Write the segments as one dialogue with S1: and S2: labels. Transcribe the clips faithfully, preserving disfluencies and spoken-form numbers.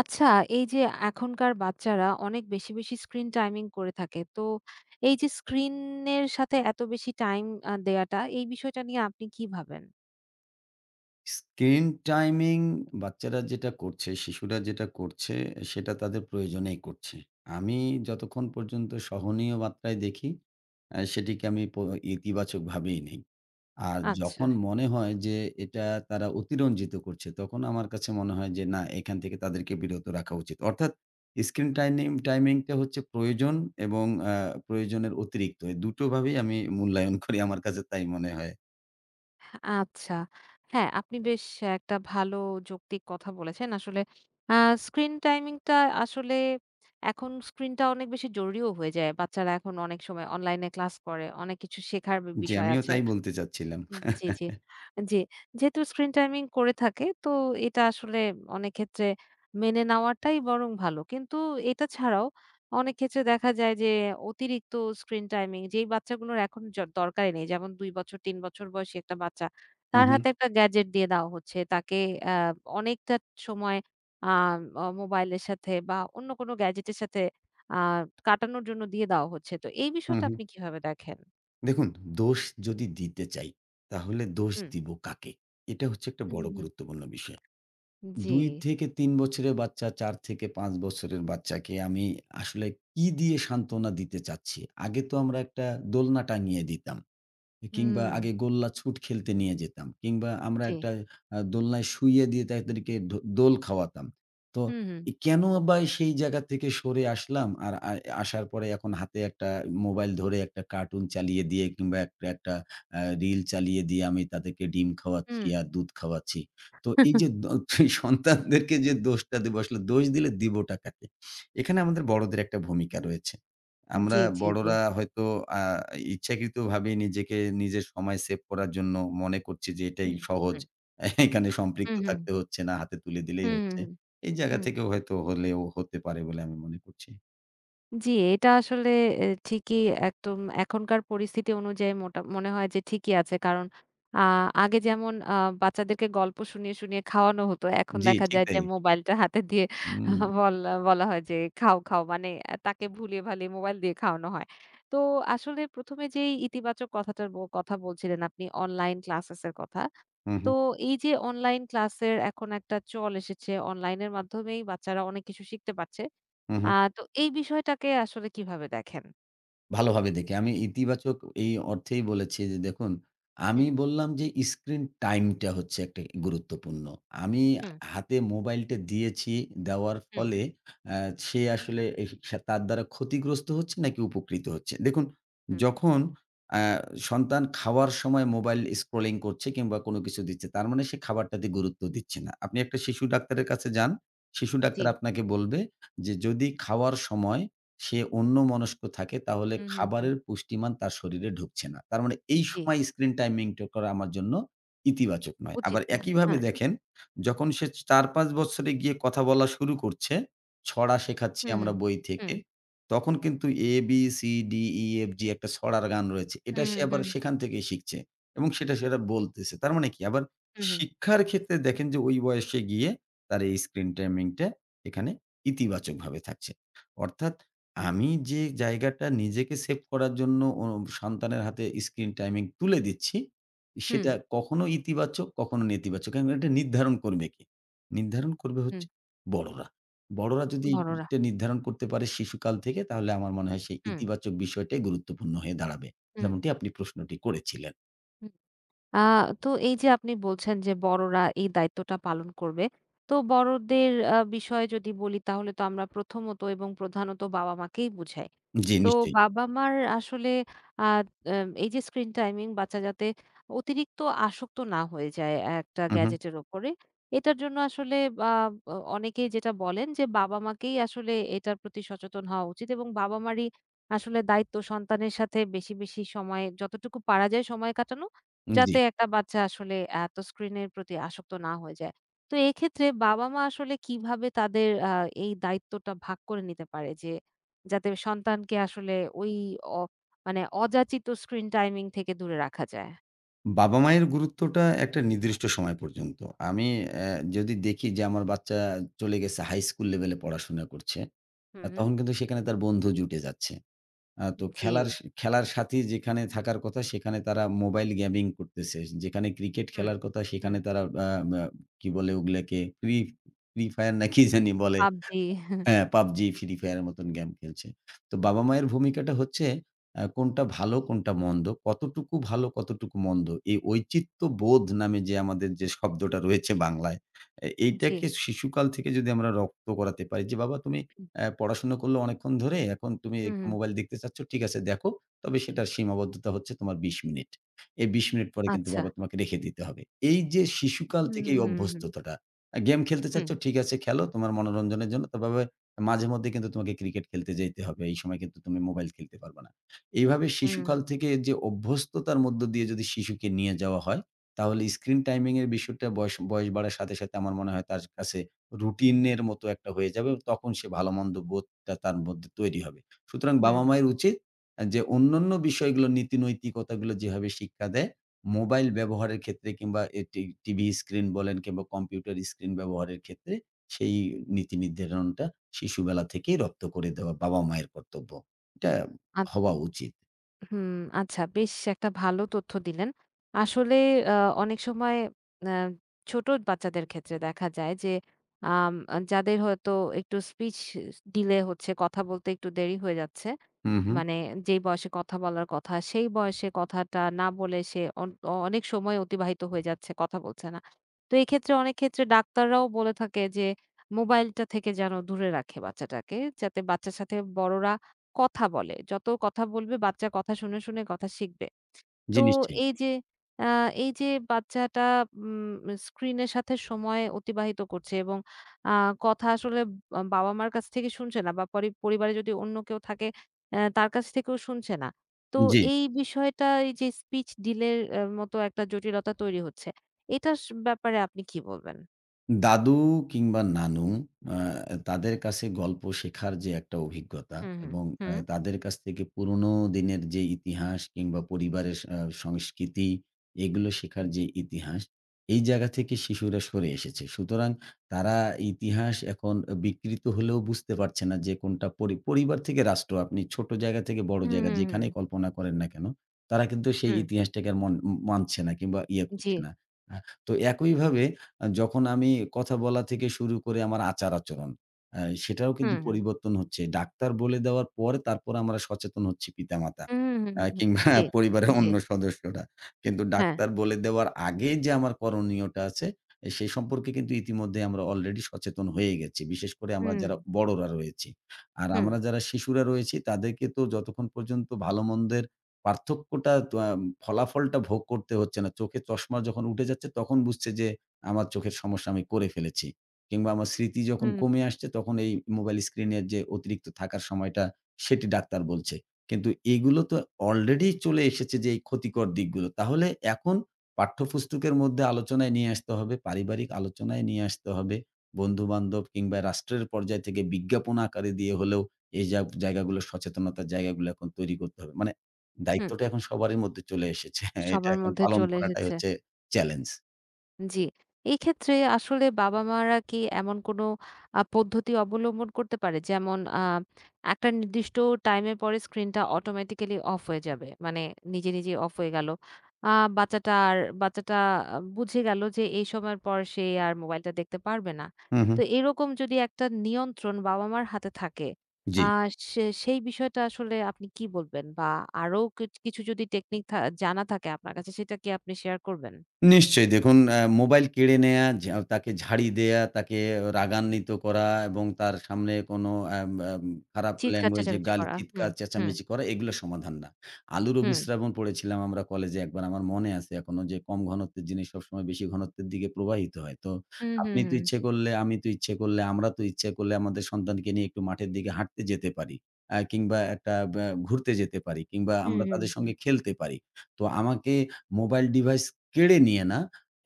S1: আচ্ছা, এই যে এখনকার বাচ্চারা অনেক বেশি, বেশি স্ক্রিন টাইমিং করে থাকে। তো এই যে স্ক্রিনের সাথে এত বেশি টাইম আ দেয়াটা, এই বিষয়টা নিয়ে আপনি কি ভাবেন?
S2: স্ক্রিন টাইমিং বাচ্চারা যেটা করছে, শিশুরা যেটা করছে, সেটা তাদের প্রয়োজনেই করছে। আমি যতক্ষণ পর্যন্ত সহনীয় মাত্রায় দেখি, আ সেটিকে আমি প ইতিবাচকভাবেই নেই। আর
S1: আচ্ছা,
S2: যখন মনে হয় যে এটা তারা অতিরঞ্জিত করছে, তখন আমার কাছে মনে হয় যে না, এখান থেকে তাদেরকে বিরত রাখা উচিত। অর্থাৎ স্ক্রিন টাইনিম টাইমিংটা হচ্ছে প্রয়োজন এবং আ প্রয়োজনের অতিরিক্ত। এই দুটোভাবেই আমি মূল্যায়ন করি। আমার কাছে তাই মনে হয়।
S1: আচ্ছা। হ্যাঁ, আপনি বেশ একটা ভালো যৌক্তিক কথা বলেছেন। আসলে আ স্ক্রিন টাইমিংটা আসলে এখন স্ক্রিনটা অনেক বেশি জরুরিও হয়ে যায়। বাচ্চারা এখন অনেক সময় অনলাইনে ক্লাস করে, অনেক কিছু শেখার বি
S2: জি,
S1: বিষয়
S2: আমিও
S1: আছে।
S2: তাই বলতে চাচ্ছিলাম।
S1: জি, জি। জি, যেহেতু স্ক্রিন টাইমিং করে থাকে তো এটা আসলে অনেক ক্ষেত্রে মেনে নেওয়াটাই বরং ভালো। কিন্তু এটা ছাড়াও অনেক ক্ষেত্রে দেখা যায় যে অতিরিক্ত স্ক্রিন টাইমিং যেই বাচ্চাগুলোর এখন জ দরকারই নেই। যেমন দুই বছর তিন বছর বয়সী একটা বাচ্চা তার হাতে একটা গ্যাজেট দিয়ে দেওয়া হচ্ছে। তাকে আ অনেকটা সময় আ অ মোবাইলের সাথে বা অন্য কোনো গ্যাজেটের সাথে আ কাটানোর জন্য দিয়ে দেওয়া হচ্ছে। তো এই
S2: হুম,
S1: বিষয়টা
S2: হুম।
S1: আপনি কিভাবে দেখেন?
S2: দেখুন দোষ যদি দিতে চাই, তাহলে দোষ
S1: হুম।
S2: দিব কাকে? এটা হচ্ছে একটা
S1: হুম,
S2: বড়
S1: হুম, হুম।
S2: গুরুত্বপূর্ণ বিষয়।
S1: জি।
S2: দুই থেকে তিন বছরের বাচ্চা, চার থেকে পাঁচ বছরের বাচ্চাকে আমি আসলে কি দিয়ে সান্ত্বনা দিতে চাচ্ছি? আগে তো আমরা একটা দোলনা টাঙিয়ে দিতাম। কিংবা
S1: হুম,
S2: আগে গোল্লা ছুট খেলতে নিয়ে যেতাম। কিংবা আমরা
S1: জি।
S2: একটা আ দোলনায় শুইয়ে দিয়ে তাদেরকে ধো দোল খাওয়াতাম। তো
S1: হুম, হুম,
S2: এ কেন বা সেই জায়গা থেকে সরে আসলাম? আর আ আসার পরে এখন হাতে একটা মোবাইল ধরে একটা কার্টুন চালিয়ে দিয়ে কিংবা একটা একটা আ রিল চালিয়ে দিয়ে আমি তাদেরকে ডিম
S1: হুম।
S2: খাওয়াচ্ছি আর দুধ খাওয়াচ্ছি। তো এই যে দ সন্তানদেরকে যে দোষটা দেব আসলে দোষ দিলে দিবোটা কাকে? এখানে আমাদের বড়দের একটা ভূমিকা রয়েছে। আমরা
S1: জি, জি, জি।
S2: বড়রা হয়তো আ ইচ্ছাকৃতভাবে নিজেকে নিজের সময় সেভ করার জন্য মনে করছি যে এটাই
S1: হুম,
S2: সহজ।
S1: হুম।
S2: এখানে সম্পৃক্ত
S1: হুম, হুম,
S2: থাকতে হচ্ছে না, হাতে তুলে দিলেই
S1: হুম,
S2: হচ্ছে।
S1: হুম,
S2: এই জায়গা
S1: হুম।
S2: থেকেও হয়তো হলেও হতে পারে বলে আমি মনে করছি।
S1: জি, এটা আসলে এ ঠিকই একদম এখনকার পরিস্থিতি অনুযায়ী মোটা মনে হয় যে ঠিকই আছে। কারণ আ আগে যেমন আ বাচ্চাদেরকে গল্প শুনিয়ে, শুনিয়ে খাওয়ানো হতো। এখন
S2: জি,
S1: দেখা
S2: ঠিক
S1: যায় যে
S2: তাই।
S1: মোবাইলটা হাতে দিয়ে
S2: হুম,
S1: আহ, বলা বলা হয় যে, "খাও, খাও।" মানে আ তাকে ভুলিয়ে ভালিয়ে মোবাইল দিয়ে খাওয়ানো হয়। তো আসলে প্রথম এ যেই ইতিবাচক কথাটার ব কথা বলছিলেন আপনি অনলাইন ক্লাসেস এর কথা।
S2: হু,
S1: তো
S2: হু,
S1: এই যে অনলাইন ক্লাসের এখন একটা চল এসেছে, অনলাইনের মাধ্যমেই বাচ্চারা অনেক কিছু শিখতে পারছে।
S2: হু,
S1: আ
S2: হু।
S1: তো এই বিষয়টাকে আসলে কিভাবে দেখেন?
S2: ভালোভাবে দেখি। আমি ইতিবাচক এই অর্থেই বলেছি যে দেখুন, আমি
S1: হুম,
S2: বললাম যে স্ক্রিন টাইমটা হচ্ছে একটা গুরুত্বপূর্ণ। আমি
S1: হুম,
S2: হাতে মোবাইলটা দিয়েছি, দেওয়ার
S1: হুম,
S2: ফলে অ্যা সে আসলে এস তার দ্বারা ক্ষতিগ্রস্ত হচ্ছে নাকি উপকৃত হচ্ছে? দেখুন,
S1: হুম,
S2: যখন অ্যা সন্তান খাওয়ার সময় মোবাইল স্ক্রলিং করছে কিংবা কোনো কিছু দিচ্ছে, তার মানে সে খাবারটাতে গুরুত্ব দিচ্ছে না। আপনি একটা শিশু ডাক্তারের কাছে যান, শিশু
S1: জি।
S2: ডাক্তার আপনাকে বলবে যে যদি খাওয়ার সময় সে অন্যমনস্ক থাকে তাহলে
S1: হুম, হুম, হুম,
S2: খাবারের পুষ্টিমান তার শরীরে ঢুকছে না। তার মানে এই
S1: জি।
S2: সময় স্ক্রিন টাইমিংটা করা আমার জন্য ইতিবাচক নয়।
S1: উচিত
S2: আবার
S1: না।
S2: একইভাবে
S1: হ্যাঁ।
S2: দেখেন যখন সে চার পাঁচ বছরে গিয়ে কথা বলা শুরু করছে, ছড়া শেখাচ্ছি
S1: হুম,
S2: আমরা
S1: হুম,
S2: বই থেকে।
S1: হুম,
S2: তখন কিন্তু A B C D E F G একটা ছড়ার গান রয়েছে। এটা
S1: হুম,
S2: সে আবার
S1: হুম,
S2: সেখান থেকেই শিখছে এবং সেটা সেটা বলতেছে। তার মানে কি? আবার
S1: হুম, হুম,
S2: শিক্ষার ক্ষেত্রে দেখেন যে ওই বয়সে গিয়ে তার এই স্ক্রিন টাইমিংটা এখানে ইতিবাচকভাবে থাকছে। অর্থাৎ আমি যে জায়গাটা নিজেকে সেভ করার জন্য ও সন্তানের হাতে স্ক্রিন টাইমিং তুলে দিচ্ছি,
S1: হুম,
S2: সেটা কখনো ইতিবাচক, কখনো নেতিবাচক। এখন এটা নির্ধারণ করবে কে? নির্ধারণ করবে
S1: হুম,
S2: হচ্ছে বড়রা। বড়রা যদি
S1: বড়রা।
S2: এটা নির্ধারণ করতে পারে শিশুকাল থেকে তাহলে আমার মনে হয় সেই
S1: হুম,
S2: ইতিবাচক বিষয়টাই গুরুত্বপূর্ণ হয়ে দাঁড়াবে।
S1: হুম,
S2: যেমনটি
S1: হুম।
S2: আপনি প্রশ্নটি করেছিলেন।
S1: আ তো এই যে আপনি বলছেন যে বড়রা এই দায়িত্বটা পালন করবে। তো বড়দের আ বিষয়ে যদি বলি তাহলে তো আমরা প্রথমত এবং প্রধানত বাবা-মাকেই বুঝাই।
S2: জি,
S1: তো
S2: নিশ্চয়ই।
S1: বাবা-মার আসলে আ এম এই যে স্ক্রিন টাইমিং বাচ্চা যাতে অতিরিক্ত আসক্ত না হয়ে যায় একটা
S2: হু, হু।
S1: গ্যাজেটের উপরে, এটার জন্য আসলে আ অ অনেকেই যেটা বলেন যে বাবা-মাকেই আসলে এটার প্রতি সচেতন হওয়া উচিত এবং বাবা-মারই আসলে দায়িত্ব সন্তানের সাথে বেশি, বেশি সময় যতটুকু পারা যায় সময় কাটানো,
S2: জি।
S1: যাতে একটা বাচ্চা আসলে এত স্ক্রিনের প্রতি আসক্ত না হয়ে যায়। তো এক্ষেত্রে বাবা-মা আসলে কিভাবে তাদের আ এই দায়িত্বটা ভাগ করে নিতে পারে যে যাতে সন্তানকে আসলে ওই অ মানে অযাচিত স্ক্রিন টাইমিং থেকে দূরে রাখা যায়।
S2: বাবা-মায়ের গুরুত্বটা একটা নির্দিষ্ট সময় পর্যন্ত। আমি অ্যা যদি দেখি যে আমার বাচ্চা চলে গেছে হাই স্কুল লেভেলে পড়াশোনা করছে,
S1: হুম,
S2: আ
S1: হুম।
S2: তখন কিন্তু সেখানে তার বন্ধু জুটে যাচ্ছে। আ তো
S1: জি।
S2: খেলার স খেলার সাথী যেখানে থাকার কথা সেখানে তারা মোবাইল গেমিং করতেছে। যেখানে ক্রিকেট
S1: হুম,
S2: খেলার কথা
S1: হুম।
S2: সেখানে তারা আ আ কি বলে ওগুলাকে ফ্রি, ফ্রি ফায়ার না কি জানি বলে,
S1: পাবজি
S2: হ্যাঁ, পাবজি, Free Fire এর মতন গেম খেলছে। তো বাবা-মায়ের ভূমিকাটা হচ্ছে আ কোনটা ভালো, কোনটা মন্দ, কতটুকু ভালো, কতটুকু মন্দ। এই ঔচিত্য বোধ নামে যে আমাদের যে শব্দটা রয়েছে বাংলায়, এ
S1: জি।
S2: এইটাকে শিশুকাল থেকে যদি আমরা রপ্ত করাতে পারি যে, "বাবা তুমি
S1: হুম,
S2: অ্যা পড়াশোনা করলে অনেকক্ষণ ধরে, এখন তুমি
S1: হুম,
S2: একটু মোবাইল দেখতে চাচ্ছ, ঠিক আছে দেখো। তবে সেটার সীমাবদ্ধতা হচ্ছে তোমার বিশ মিনিট। এই বিশ মিনিট পরে কিন্তু
S1: আচ্ছা।
S2: বাবা তোমাকে রেখে দিতে হবে।" এই যে শিশুকাল
S1: হুম,
S2: থেকে এই
S1: হুম, হুম,
S2: অভ্যস্ততাটা, আ গেম খেলতে
S1: হুম।
S2: চাচ্ছ, ঠিক আছে খেলো তোমার মনোরঞ্জনের জন্য। তবে মাঝে মধ্যে কিন্তু তোমাকে ক্রিকেট খেলতে যাইতে হবে। এই সময় কিন্তু তুমি মোবাইল খেলতে পারবা না। এইভাবে
S1: হুম,
S2: শিশুকাল
S1: হুম,
S2: থেকে যে অভ্যস্ততার মধ্য দিয়ে যদি শিশুকে নিয়ে যাওয়া হয়, তাহলে স্ক্রিন টাইমিং এর বিষয়টা বয়স বয়স বাড়ার সাথে, সাথে আমার মনে হয় তার কাছে রুটিনের মতো একটা হয়ে যাবে। তখন সে ভালো-মন্দ বোধটা তার মধ্যে তৈরি হবে। সুতরাং
S1: হুম।
S2: বাবা-মায়ের উচিত আ যে অন্যান্য বিষয়গুলো নীতি-নৈতিকতাগুলো যেভাবে শিক্ষা দেয়, মোবাইল ব্যবহারের ক্ষেত্রে কিংবা এ টি টিভি স্ক্রিন বলেন কিংবা কম্পিউটার স্ক্রিন ব্যবহারের ক্ষেত্রে সেই নীতি নির্ধারণটা শিশুবেলা থেকেই রপ্ত করে দেওয়া বাবা-মায়ের কর্তব্য। এটা
S1: হুম।
S2: হওয়া উচিত।
S1: হুম, আচ্ছা বেশ একটা ভালো তথ্য দিলেন। আসলে আ অনেক সময় আ ছোট বাচ্চাদের ক্ষেত্রে দেখা যায় যে আম যাদের হয়তো একটু স্পিচ ডিলে হচ্ছে, কথা বলতে একটু দেরি হয়ে যাচ্ছে।
S2: হুম, হুম।
S1: মানে যেই বয়সে কথা বলার কথা, সেই বয়সে কথাটা না বলে সে অন অনেক সময় অতিবাহিত হয়ে যাচ্ছে, কথা বলছে না। তো এক্ষেত্রে অনেক ক্ষেত্রে ডাক্তাররাও বলে থাকে যে মোবাইলটা থেকে যেন দূরে রাখে বাচ্চাটাকে। যাতে বাচ্চার সাথে বড়রা কথা বলে। যত কথা বলবে বাচ্চা কথা শুনে, শুনে কথা শিখবে।
S2: জি,
S1: তো
S2: নিশ্চয়ই।
S1: এই যে আ এই যে বাচ্চাটা উম স্ক্রিনের সাথে সময় অতিবাহিত করছে এবং আ কথা আসলে আ বাবা-মার কাছ থেকে শুনছে না বা পরি পরিবারে যদি অন্য কেউ থাকে আ তার কাছ থেকেও শুনছে না। তো
S2: জি।
S1: এই বিষয়টা এই যে স্পিচ ডিলে এর মতো একটা জটিলতা তৈরি হচ্ছে। এটার স ব্যাপারে আপনি কি বলবেন?
S2: দাদু কিংবা নানু আ তাদের কাছে গল্প শেখার যে একটা অভিজ্ঞতা
S1: হুম, হুম,
S2: এবং আ
S1: হুম।
S2: তাদের কাছ থেকে পুরনো দিনের যে ইতিহাস কিংবা পরিবারের আ সংস্কৃতি এগুলো শেখার
S1: হুম।
S2: যে ইতিহাস, এই জায়গা থেকে শিশুরা সরে এসেছে। সুতরাং তারা ইতিহাস এখন বিকৃত হলেও বুঝতে পারছে না যে কোনটা পরি পরিবার থেকে রাষ্ট্র, আপনি ছোট জায়গা থেকে বড়
S1: হুম,
S2: জায়গা
S1: হুম, হুম,
S2: যেখানেই কল্পনা করেন না কেন, তারা কিন্তু সেই
S1: হুম।
S2: ইতিহাসটাকে আর মন মানছে না কিংবা ইয়ে
S1: জি।
S2: করছে না। আ তো একইভাবে আ যখন আমি কথা বলা থেকে শুরু করে আমার আচার-আচরণ, আ সেটাও কিন্তু
S1: হুম, হুম।
S2: পরিবর্তন হচ্ছে। ডাক্তার বলে দেওয়ার পর তারপর আমরা সচেতন হচ্ছি পিতামাতা।
S1: হুম, হুম, হুম,
S2: আ
S1: হুম, হুম।
S2: কিংবা
S1: জি,
S2: পরিবারের
S1: জি।
S2: অন্য সদস্যরা। কিন্তু
S1: হ্যাঁ।
S2: ডাক্তার বলে দেওয়ার আগে যে আমার করণীয়টা আছে, এ সেই সম্পর্কে কিন্তু ইতিমধ্যে আমরা অলরেডি সচেতন হয়ে গেছি। বিশেষ করে আমরা
S1: হুম,
S2: যারা বড়রা রয়েছি। আর
S1: হুম,
S2: আমরা যারা শিশুরা রয়েছি তাদেরকে তো যতক্ষণ পর্যন্ত ভালো-মন্দের পার্থক্যটা তো আম ফলাফলটা ভোগ করতে হচ্ছে না। চোখে চশমা যখন উঠে যাচ্ছে তখন বুঝছে যে আমার চোখের সমস্যা আমি করে ফেলেছি। কিংবা আমার স্মৃতি যখন
S1: হুম,
S2: কমে আসছে তখন এই মোবাইল স্ক্রিনের যে অতিরিক্ত থাকার সময়টা সেটি ডাক্তার বলছে। কিন্তু এগুলো তো অলরেডি চলে এসেছে যে এই ক্ষতিকর দিকগুলো। তাহলে এখন পাঠ্যপুস্তকের মধ্যে আলোচনায় নিয়ে আসতে হবে, পারিবারিক আলোচনায় নিয়ে আসতে হবে। বন্ধু-বান্ধব কিংবা রাষ্ট্রের পর্যায় থেকে বিজ্ঞাপন আকারে দিয়ে হলেও এই জাগ জায়গাগুলো সচেতনতার জায়গাগুলো এখন তৈরি করতে হবে। মানে
S1: হুম।
S2: দায়িত্বটা এখন সবারই মধ্যে চলে এসেছে। এটা
S1: সবার
S2: এখন
S1: মধ্যে
S2: পালন
S1: চলে
S2: করাটাই
S1: এসেছে।
S2: হচ্ছে চ্যালেঞ্জ।
S1: জি। এই ক্ষেত্রে আসলে বাবা-মারা কি এমন কোনো আ পদ্ধতি অবলম্বন করতে পারে? যেমন আ একটা নির্দিষ্ট টাইমের পরে স্ক্রিনটা অটোমেটিক্যালি অফ হয়ে যাবে। মানে নিজে, নিজেই অফ হয়ে গেল। আ বাচ্চাটা আর বাচ্চাটা আ বুঝে গেল যে এই সময়ের পর সে আর মোবাইলটা দেখতে পারবে না।
S2: হুম,
S1: তো
S2: হুম।
S1: এরকম যদি একটা নিয়ন্ত্রণ বাবা-মার হাতে থাকে,
S2: জি।
S1: আ সে সেই বিষয়টা আসলে আপনি কি বলবেন? বা আরো কি কিছু যদি টেকনিক থা জানা থাকে আপনার কাছে সেটা কি আপনি শেয়ার করবেন?
S2: নিশ্চয়ই দেখুন অ্যা মোবাইল কেড়ে নেয়া, ঝা তাকে ঝাড়ি দেয়া, তাকে রাগান্বিত করা এবং তার সামনে কোনো অ্যাম অ্যাম খারাপ
S1: চিৎকার
S2: ল্যাঙ্গুয়েজে
S1: চেঁচামেচি
S2: গালি,
S1: করা। হুম,
S2: চিৎকার,
S1: হুম,
S2: চেঁচামেচি করা এগুলো সমাধান না। আলুর
S1: হুম,
S2: অভিস্রাবণ পড়েছিলাম আমরা কলেজে একবার, আমার মনে আছে এখনো, যে কম ঘনত্বের জিনিস সবসময় বেশি ঘনত্বের দিকে প্রবাহিত হয়। তো
S1: হুম, হুম,
S2: আপনি তো
S1: হুম,
S2: ইচ্ছে করলে, আমি তো ইচ্ছে করলে, আমরা তো ইচ্ছে করলে আমাদের সন্তানকে নিয়ে একটু মাঠের দিকে হাঁটতে যেতে পারি। অ্যা কিংবা একটা ব্যা ঘুরতে যেতে পারি কিংবা
S1: হুম,
S2: আমরা তাদের
S1: হুম,
S2: সঙ্গে খেলতে পারি। তো আমাকে মোবাইল ডিভাইস কেড়ে নিয়ে না,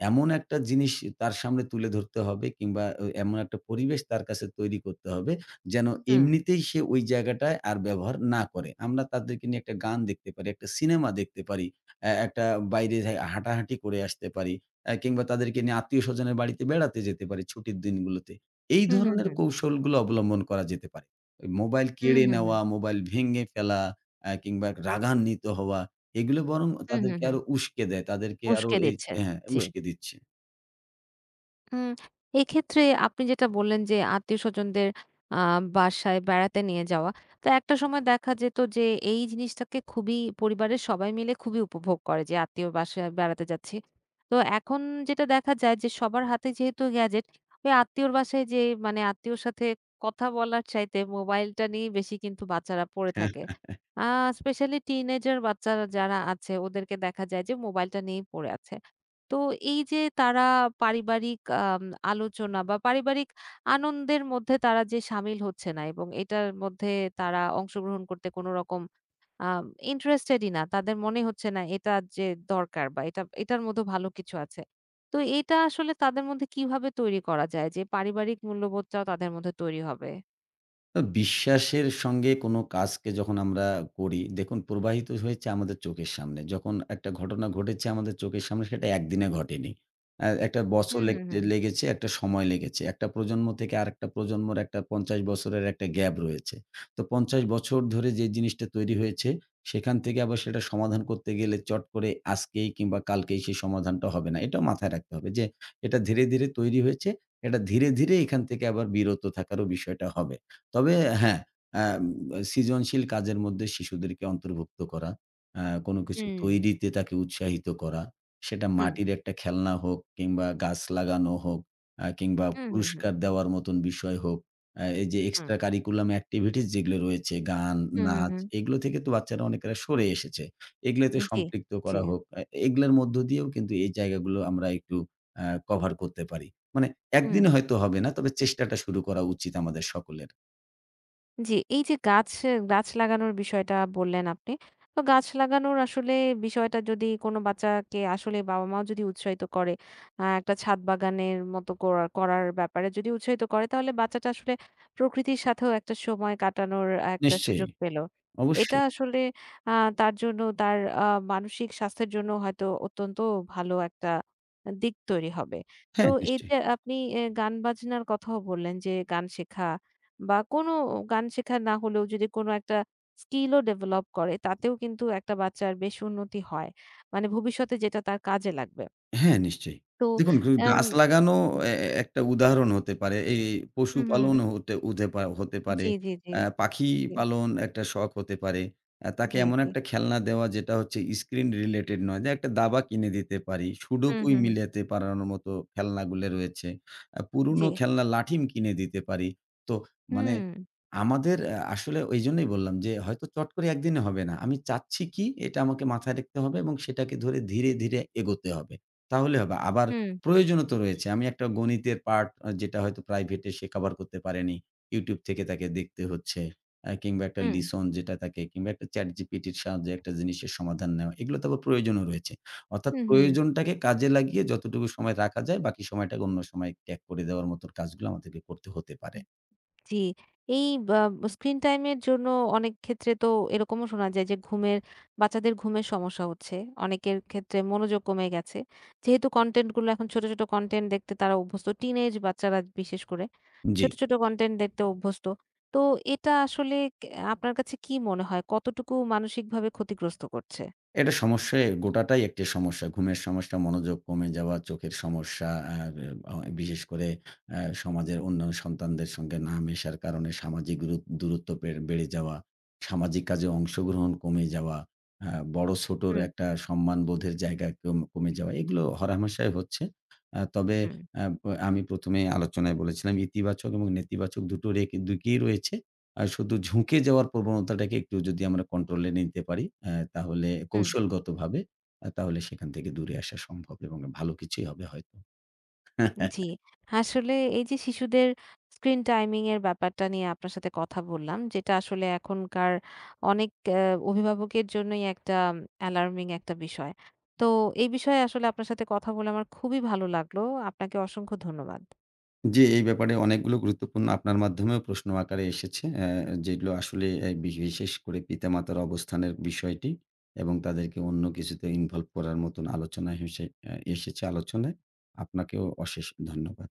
S2: এমন একটা জিনিস তার সামনে তুলে ধরতে হবে কিংবা অ এমন একটা পরিবেশ তার কাছে তৈরি করতে হবে, যেন
S1: হুম,
S2: এমনিতেই সে ওই জায়গাটায় আর ব্যবহার না করে। আমরা তাদেরকে নিয়ে একটা গান দেখতে পারি, একটা সিনেমা দেখতে পারি, অ্যা একটা বাইরে যাই হাঁটাহাঁটি করে আসতে পারি, অ্যা কিংবা তাদেরকে নিয়ে আত্মীয়স্বজনের বাড়িতে বেড়াতে যেতে পারি ছুটির দিনগুলোতে। এই
S1: হুম, হুম,
S2: ধরনের
S1: হুম,
S2: কৌশলগুলো অবলম্বন করা যেতে পারে। ওই মোবাইল
S1: হুম,
S2: কেড়ে
S1: হুম, হুম, হুম,
S2: নেওয়া, মোবাইল ভেঙে ফেলা, অ্যা কিংবা রাগান্বিত হওয়া এগুলো বরং
S1: হুম, হুম,
S2: তাদেরকে
S1: হুম,
S2: আরো উস্কে দেয়। তাদেরকে আরো
S1: উস্কে
S2: এই,
S1: দিচ্ছে।
S2: হ্যাঁ,
S1: জি।
S2: উস্কে দিচ্ছে।
S1: উম এক্ষেত্রে আপনি যেটা বললেন যে, আত্মীয়স্বজনদের আ বাসায় বেড়াতে নিয়ে যাওয়া। তো একটা সময় দেখা যেত যে, এই জিনিসটাকে খুবই পরিবারের সবাই মিলে খুবই উপভোগ করে যে, আত্মীয় বাসায় বেড়াতে যাচ্ছি। তো এখন যেটা দেখা যায় যে, সবার হাতে যেহেতু গ্যাজেট, ওই আত্মীয়র বাসায় যেয়ে মানে আত্মীয়র সাথে কথা বলার চাইতে মোবাইলটা নিয়েই বেশি কিন্তু বাচ্চারা পড়ে থাকে। আ স্পেশালি টিনেজার বাচ্চারা যারা আছে ওদেরকে দেখা যায় যে, মোবাইলটা নিয়েই পড়ে আছে। তো এই যে তারা পারিবারিক আম আলোচনা বা পারিবারিক আনন্দের মধ্যে তারা যে সামিল হচ্ছে না এবং এটার মধ্যে তারা অংশগ্রহণ করতে কোনো রকম আম ইন্টারেস্টেডই না। তাদের মনে হচ্ছে না এটা যে দরকার বা এটা এটার মধ্যে ভালো কিছু আছে। তো এটা আসলে তাদের মধ্যে কিভাবে তৈরি করা যায় যে পারিবারিক মূল্যবোধটাও তাদের মধ্যে তৈরি হবে?
S2: আ বিশ্বাসের সঙ্গে কোনো কাজকে যখন আমরা করি, দেখুন প্রবাহিত হয়েছে আমাদের চোখের সামনে। যখন একটা ঘটনা ঘটেছে আমাদের চোখের সামনে সেটা একদিনে ঘটেনি। আ একটা বছর
S1: হুম,
S2: লেগ
S1: হুম, হুম।
S2: লেগেছে, একটা সময় লেগেছে। একটা প্রজন্ম থেকে আরেকটা প্রজন্মর একটা পঞ্চাশ বছরের একটা গ্যাপ রয়েছে। তো পঞ্চাশ বছর ধরে যে জিনিসটা তৈরি হয়েছে, সেখান থেকে আবার সেটা সমাধান করতে গেলে চট করে আজকেই কিংবা কালকেই সেই সমাধানটা হবে না। এটাও মাথায় রাখতে হবে যে এটা ধীরে, ধীরে তৈরি হয়েছে। এটা ধীরে, ধীরে এখান থেকে আবার বিরত থাকারও বিষয়টা হবে। তবে হ্যাঁ, আম সৃজনশীল কাজের মধ্যে শিশুদেরকে অন্তর্ভুক্ত করা, আ কোনো কিছু
S1: হুম,
S2: তৈরিতে তাকে উৎসাহিত করা, সেটা
S1: হুম,
S2: মাটির একটা খেলনা হোক কিংবা গাছ লাগানো হোক, আ কিংবা
S1: হুম, হুম,
S2: পুরস্কার দেওয়ার মতন বিষয় হোক, আ এই যে
S1: হুম, হুম,
S2: এক্সট্রা কারিকুলাম এক্টিভিটিস যেগুলো রয়েছে গান,
S1: হুম, হুম,
S2: নাচ,
S1: হুম।
S2: এগুলো থেকে তো বাচ্চারা অনেকেরা সরে এসেছে। এগুলোতে
S1: হুম জি,
S2: সম্পৃক্ত
S1: জি।
S2: করা হোক। আ এগুলোর মধ্য দিয়েও কিন্তু এই জায়গাগুলো আমরা একটু আ কভার করতে পারি। মানে
S1: হুম।
S2: একদিনে হয়তো হবে না, তবে চেষ্টাটা শুরু করা উচিত আমাদের সকলের।
S1: জি, এই যে গাছ গাছ লাগানোর বিষয়টা বললেন আপনি। তো গাছ লাগানোর আসলে বিষয়টা যদি কোনো বাচ্চাকে আসলে বাবা-মাও যদি উৎসাহিত করে, আ একটা ছাদ বাগানের মতো করা করার ব্যাপারে যদি উৎসাহিত করে, তাহলে বাচ্চাটা আসলে প্রকৃতির সাথেও একটা সময় কাটানোর একটা
S2: নিশ্চয়ই,
S1: সুযোগ পেল। এটা
S2: অবশ্যই।
S1: আসলে আ তার জন্য তার আ মানসিক স্বাস্থ্যের জন্য হয়তো অত্যন্ত ভালো একটা দিক তৈরি হবে। তো
S2: হ্যাঁ,
S1: এই
S2: নিশ্চয়ই।
S1: যে আপনি এ গান-বাজনার কথাও বললেন যে গান শেখা বা কোনো গান শেখা না হলেও যদি কোনো একটা স্কিলও ডেভেলপ করে তাতেও কিন্তু একটা বাচ্চার বেশ উন্নতি হয়। মানে ভবিষ্যতে যেটা তার কাজে লাগবে।
S2: হ্যাঁ, নিশ্চয়ই।
S1: তো
S2: দেখুন গ
S1: আম
S2: গাছ লাগানো এ এ একটা উদাহরণ হতে পারে। এই
S1: হুম, হুম, হুম।
S2: পশুপালনও হতে উদে পা হতে পারে।
S1: জি, জি, জি,
S2: অ্যা পাখি
S1: জি,
S2: পালন একটা শখ হতে পারে। অ্যা তাকে
S1: জি,
S2: এমন
S1: জি।
S2: একটা খেলনা দেওয়া যেটা হচ্ছে স্ক্রিন রিলেটেড নয়। যে একটা দাবা কিনে দিতে পারি।
S1: হুম,
S2: সুডোকুই
S1: হুম, হুম।
S2: মিলাতে পারানোর মতো খেলনাগুলো রয়েছে। অ্যা
S1: জি।
S2: পুরনো খেলনা লাঠিম কিনে দিতে পারি। তো মানে
S1: হুম,
S2: আমাদের আ আসলে ঐজন্যই বললাম যে হয়তো চট করে একদিনে হবে না। আমি চাচ্ছি কি? এটা আমাকে মাথায় রাখতে হবে এবং সেটাকে ধরে ধীরে, ধীরে এগোতে হবে। তাহলে হবে। আবার
S1: হুম,
S2: প্রয়োজনও তো রয়েছে। আমি একটা গণিতের পার্ট আ যেটা হয়তো প্রাইভেটে সে কভার করতে পারেনি। ইউটিউব থেকে তাকে দেখতে হচ্ছে। আ কিংবা একটা
S1: হুম,
S2: লিসন যেটা তাকে কিংবা একটা চ্যাটজিপিটি র সাহায্যে একটা জিনিসের সমাধান নেওয়া। এগুলো তো আবার প্রয়োজনও রয়েছে। অর্থাৎ
S1: হুম, হুম।
S2: প্রয়োজনটাকে কাজে লাগিয়ে যতটুকু সময় রাখা যায় বাকি সময়টাকে অন্য সময় ত্যাগ করে দেওয়ার মতো কাজগুলো আমাদেরকে করতে হতে পারে।
S1: হুম। জি, এই বা স্ক্রিন টাইম এর জন্য অনেক ক্ষেত্রে তো এরকমও শোনা যায় যে ঘুমের বাচ্চাদের ঘুমের সমস্যা হচ্ছে। অনেকের ক্ষেত্রে মনোযোগ কমে গেছে। যেহেতু কনটেন্ট গুলো এখন ছোট, ছোট কনটেন্ট দেখতে তারা অভ্যস্ত। টিনেজ বাচ্চারা বিশেষ করে
S2: জি।
S1: ছোট, ছোট কনটেন্ট দেখতে অভ্যস্ত। তো এটা আসলে কে আপনার কাছে কি মনে হয় কতটুকু মানসিকভাবে ক্ষতিগ্রস্ত করছে?
S2: এটা সমস্যায় গোটাটাই একটি সমস্যা। ঘুমের সমস্যা, মনোযোগ কমে যাওয়া, চোখের সমস্যা, আর অ বিশেষ করে আ সমাজের অন্যান্য সন্তানদের সঙ্গে না মেশার কারণে সামাজিক গুরু দূরত্ব বেড় বেড়ে যাওয়া, সামাজিক কাজে অংশগ্রহণ কমে যাওয়া, আ বড়-ছোটর
S1: হুম,
S2: একটা সম্মানবোধের জায়গা কম কমে যাওয়া। এগুলো হরহামেশাই হচ্ছে। আ তবে
S1: হুম,
S2: আ ব আমি প্রথমে এ আলোচনায় বলেছিলাম ইতিবাচক এবং নেতিবাচক দুটোর এ দিকেই রয়েছে। আ শুধু ঝুঁকে যাওয়ার প্রবণতাটাকে একটু যদি আমরা কন্ট্রোলে নিতে পারি, অ্যা তাহলে
S1: হুম।
S2: কৌশলগতভাবে আ তাহলে সেখান থেকে দূরে আসা সম্ভব এবং ভালো কিছুই হবে হয়তো।
S1: জি। আসলে এই যে শিশুদের স্ক্রিন টাইমিং এর ব্যাপারটা নিয়ে আপনার সাথে কথা বললাম। যেটা আসলে এখনকার অনেক অ্যা অভিভাবকের জন্যই একটা অ্যালার্মিং একটা বিষয়। তো এই বিষয়ে আসলে আপনার সাথে কথা বলে আমার খুবই ভালো লাগলো। আপনাকে অসংখ্য ধন্যবাদ।
S2: জি, এই ব্যাপারে অনেকগুলো গুরুত্বপূর্ণ আপনার মাধ্যমেও প্রশ্ন আকারে এসেছে। অ্যা যেগুলো আসলে অ্যা বি বিশেষ করে পিতামাতার অবস্থানের বিষয়টি এবং তাদেরকে অন্য কিছুতে ইনভলভ করার মতন আলোচনা হেসে অ্যা এসেছে আলোচনায়। আপনাকেও অশেষ ধন্যবাদ।